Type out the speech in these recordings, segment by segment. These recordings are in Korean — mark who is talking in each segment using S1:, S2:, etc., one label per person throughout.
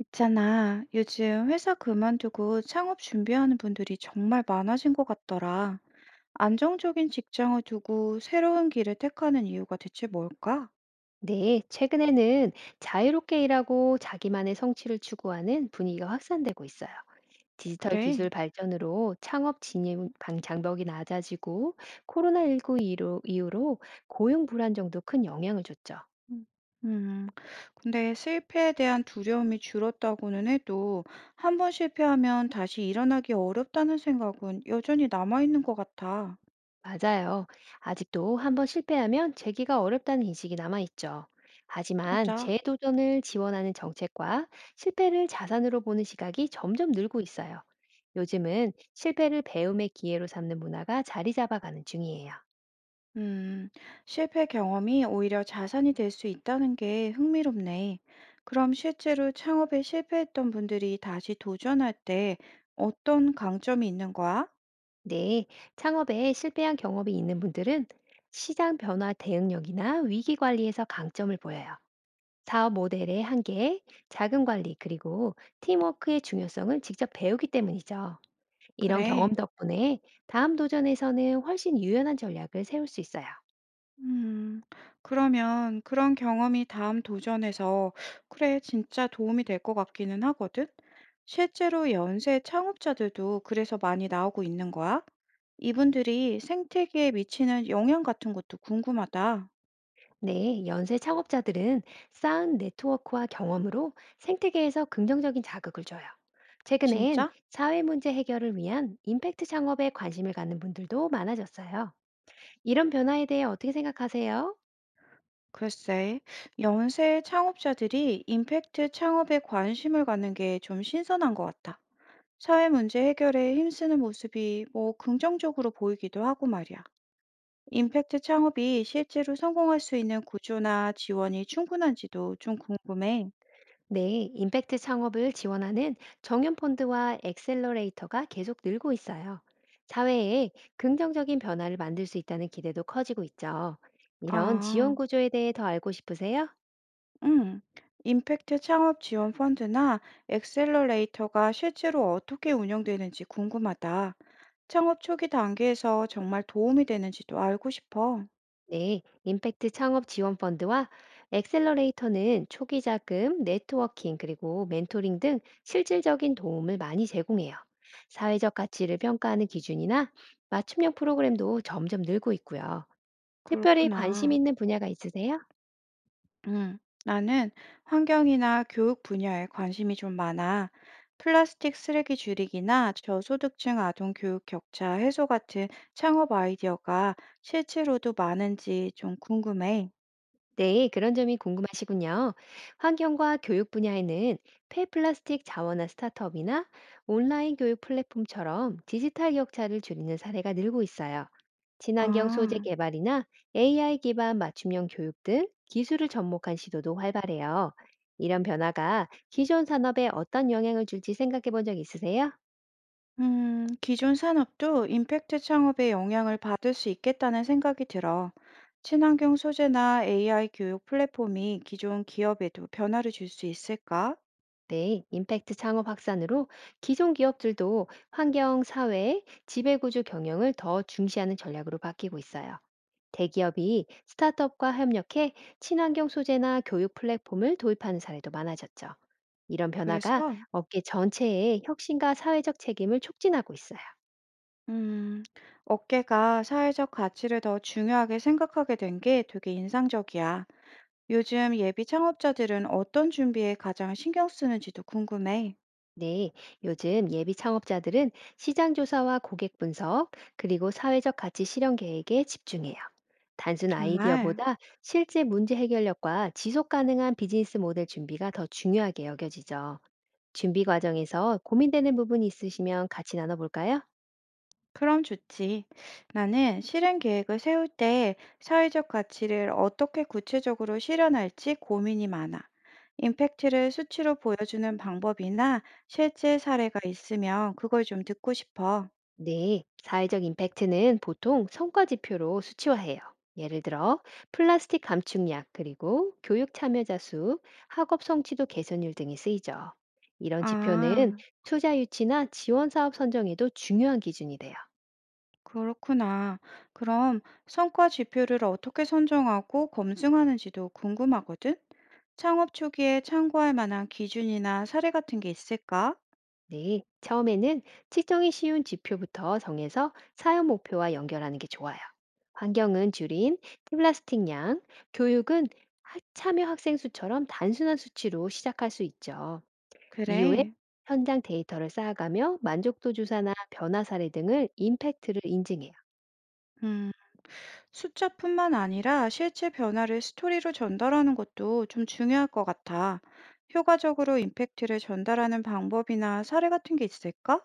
S1: 있잖아, 요즘 회사 그만두고 창업 준비하는 분들이 정말 많아진 것 같더라. 안정적인 직장을 두고 새로운 길을 택하는 이유가 대체 뭘까?
S2: 네, 최근에는 자유롭게 일하고 자기만의 성취를 추구하는 분위기가 확산되고 있어요. 디지털
S1: 그래.
S2: 기술 발전으로 창업 진입 장벽이 낮아지고 코로나19 이후로 고용 불안정도 큰 영향을 줬죠.
S1: 음, 음, 근데 실패에 대한 두려움이 줄었다고는 해도 한번 실패하면 다시 일어나기 어렵다는 생각은 여전히 남아있는 것 같아.
S2: 맞아요. 아직도 한번 실패하면 재기가 어렵다는 인식이 남아있죠. 하지만
S1: 맞아.
S2: 재도전을 지원하는 정책과 실패를 자산으로 보는 시각이 점점 늘고 있어요. 요즘은 실패를 배움의 기회로 삼는 문화가 자리 잡아가는 중이에요.
S1: 음, 실패 경험이 오히려 자산이 될 수 있다는 게 흥미롭네. 그럼 실제로 창업에 실패했던 분들이 다시 도전할 때 어떤 강점이 있는 거야?
S2: 네, 창업에 실패한 경험이 있는 분들은 시장 변화 대응력이나 위기 관리에서 강점을 보여요. 사업 모델의 한계, 자금 관리, 그리고 팀워크의 중요성을 직접 배우기 때문이죠. 이런 경험
S1: 그래.
S2: 덕분에 다음 도전에서는 훨씬 유연한 전략을 세울 수 있어요.
S1: 음, 그러면 그런 경험이 다음 도전에서 그래, 진짜 도움이 될 것 같기는 하거든? 실제로 연세 창업자들도 그래서 많이 나오고 있는 거야? 이분들이 생태계에 미치는 영향 같은 것도 궁금하다.
S2: 네, 연쇄 창업자들은 쌓은 네트워크와 경험으로 생태계에서 긍정적인 자극을 줘요. 최근엔
S1: 진짜?
S2: 사회 문제 해결을 위한 임팩트 창업에 관심을 갖는 분들도 많아졌어요. 이런 변화에 대해 어떻게 생각하세요?
S1: 글쎄, 연세 창업자들이 임팩트 창업에 관심을 갖는 게 좀 신선한 것 같아. 사회 문제 해결에 힘쓰는 모습이 뭐 긍정적으로 보이기도 하고 말이야. 임팩트 창업이 실제로 성공할 수 있는 구조나 지원이 충분한지도 좀 궁금해.
S2: 네, 임팩트 창업을 지원하는 정연펀드와 엑셀러레이터가 계속 늘고 있어요. 사회에 긍정적인 변화를 만들 수 있다는 기대도 커지고 있죠. 이런 지원
S1: 아,
S2: 구조에 대해 더 알고 싶으세요?
S1: 음. 임팩트 창업 지원 펀드나 엑셀러레이터가 실제로 어떻게 운영되는지 궁금하다. 창업 초기 단계에서 정말 도움이 되는지도 알고 싶어.
S2: 네, 임팩트 창업 지원 펀드와 엑셀러레이터는 초기 자금, 네트워킹, 그리고 멘토링 등 실질적인 도움을 많이 제공해요. 사회적 가치를 평가하는 기준이나 맞춤형 프로그램도 점점 늘고 있고요. 특별히 관심
S1: 그렇구나.
S2: 있는 분야가 있으세요?
S1: 음, 나는 환경이나 교육 분야에 관심이 좀 많아. 플라스틱 쓰레기 줄이기나 저소득층 아동 교육 격차 해소 같은 창업 아이디어가 실제로도 많은지 좀 궁금해.
S2: 네, 그런 점이 궁금하시군요. 환경과 교육 분야에는 폐플라스틱 자원화 스타트업이나 온라인 교육 플랫폼처럼 디지털 격차를 줄이는 사례가 늘고 있어요. 친환경 소재
S1: 아,
S2: 개발이나 AI 기반 맞춤형 교육 등 기술을 접목한 시도도 활발해요. 이런 변화가 기존 산업에 어떤 영향을 줄지 생각해 본 적 있으세요?
S1: 기존 산업도 임팩트 창업에 영향을 받을 수 있겠다는 생각이 들어. 친환경 소재나 AI 교육 플랫폼이 기존 기업에도 변화를 줄 수 있을까?
S2: 네, 임팩트 창업 확산으로 기존 기업들도 환경, 사회, 지배구조 경영을 더 중시하는 전략으로 바뀌고 있어요. 대기업이 스타트업과 협력해 친환경 소재나 교육 플랫폼을 도입하는 사례도 많아졌죠. 이런 변화가
S1: 그랬어?
S2: 업계 전체의 혁신과 사회적 책임을 촉진하고 있어요.
S1: 음, 업계가 사회적 가치를 더 중요하게 생각하게 된 게 되게 인상적이야. 요즘 예비 창업자들은 어떤 준비에 가장 신경 쓰는지도 궁금해.
S2: 네, 요즘 예비 창업자들은 시장 조사와 고객 분석, 그리고 사회적 가치 실현 계획에 집중해요. 단순
S1: 정말?
S2: 아이디어보다 실제 문제 해결력과 지속 가능한 비즈니스 모델 준비가 더 중요하게 여겨지죠. 준비 과정에서 고민되는 부분이 있으시면 같이 나눠볼까요?
S1: 그럼 좋지. 나는 실행 계획을 세울 때 사회적 가치를 어떻게 구체적으로 실현할지 고민이 많아. 임팩트를 수치로 보여주는 방법이나 실제 사례가 있으면 그걸 좀 듣고 싶어.
S2: 네, 사회적 임팩트는 보통 성과 지표로 수치화해요. 예를 들어 플라스틱 감축량 그리고 교육 참여자 수, 학업 성취도 개선율 등이 쓰이죠. 이런 지표는
S1: 아,
S2: 투자 유치나 지원 사업 선정에도 중요한 기준이 돼요.
S1: 그렇구나. 그럼 성과 지표를 어떻게 선정하고 검증하는지도 궁금하거든? 창업 초기에 참고할 만한 기준이나 사례 같은 게 있을까?
S2: 네, 처음에는 측정이 쉬운 지표부터 정해서 사용 목표와 연결하는 게 좋아요. 환경은 줄인 플라스틱 양, 교육은 참여 학생 수처럼 단순한 수치로 시작할 수 있죠. 이후에
S1: 그래.
S2: 현장 데이터를 쌓아가며 만족도 주사나 변화 사례 등을 임팩트를 인증해요.
S1: 음, 숫자뿐만 아니라 실제 변화를 스토리로 전달하는 것도 좀 중요할 것 같아. 효과적으로 임팩트를 전달하는 방법이나 사례 같은 게 있을까?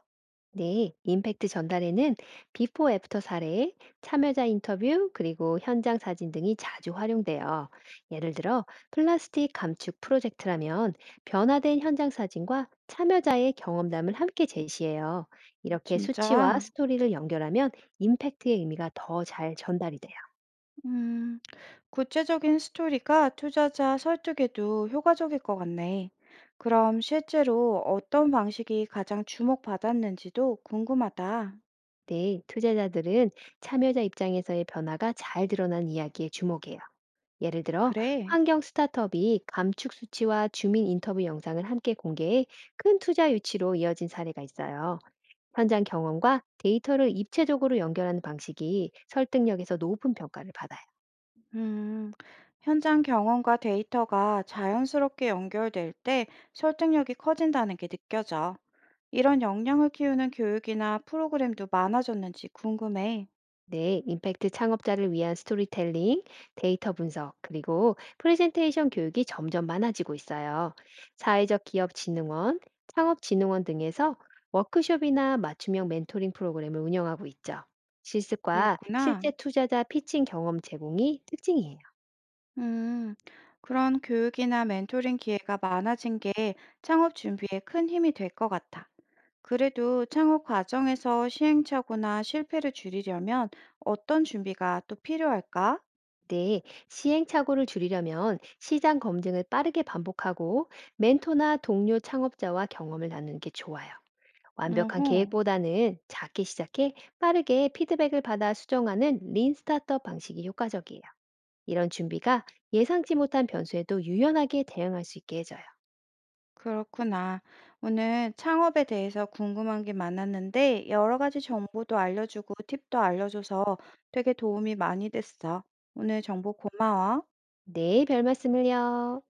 S2: 네, 임팩트 전달에는 비포 애프터 사례, 참여자 인터뷰, 그리고 현장 사진 등이 자주 활용돼요. 예를 들어 플라스틱 감축 프로젝트라면 변화된 현장 사진과 참여자의 경험담을 함께 제시해요. 이렇게 수치와
S1: 진짜.
S2: 스토리를 연결하면 임팩트의 의미가 더 잘 전달이 돼요.
S1: 음, 구체적인 스토리가 투자자 설득에도 효과적일 것 같네. 그럼 실제로 어떤 방식이 가장 주목받았는지도 궁금하다.
S2: 네, 투자자들은 참여자 입장에서의 변화가 잘 드러난 이야기에 주목해요. 예를 들어,
S1: 그래.
S2: 환경 스타트업이 감축 수치와 주민 인터뷰 영상을 함께 공개해 큰 투자 유치로 이어진 사례가 있어요. 현장 경험과 데이터를 입체적으로 연결하는 방식이 설득력에서 높은 평가를 받아요.
S1: 음, 현장 경험과 데이터가 자연스럽게 연결될 때 설득력이 커진다는 게 느껴져. 이런 역량을 키우는 교육이나 프로그램도 많아졌는지 궁금해.
S2: 네, 임팩트 창업자를 위한 스토리텔링, 데이터 분석, 그리고 프레젠테이션 교육이 점점 많아지고 있어요. 사회적 기업 진흥원, 창업 진흥원 등에서 워크숍이나 맞춤형 멘토링 프로그램을 운영하고 있죠. 실습과
S1: 그랬구나.
S2: 실제 투자자 피칭 경험 제공이 특징이에요.
S1: 음, 그런 교육이나 멘토링 기회가 많아진 게 창업 준비에 큰 힘이 될 것 같아. 그래도 창업 과정에서 시행착오나 실패를 줄이려면 어떤 준비가 또 필요할까?
S2: 네, 시행착오를 줄이려면 시장 검증을 빠르게 반복하고 멘토나 동료 창업자와 경험을 나누는 게 좋아요. 완벽한
S1: 어허,
S2: 계획보다는 작게 시작해 빠르게 피드백을 받아 수정하는 린 스타트업 방식이 효과적이에요. 이런 준비가 예상치 못한 변수에도 유연하게 대응할 수 있게 해줘요.
S1: 그렇구나. 오늘 창업에 대해서 궁금한 게 많았는데 여러 가지 정보도 알려주고 팁도 알려줘서 되게 도움이 많이 됐어. 오늘 정보 고마워.
S2: 네, 별 말씀을요.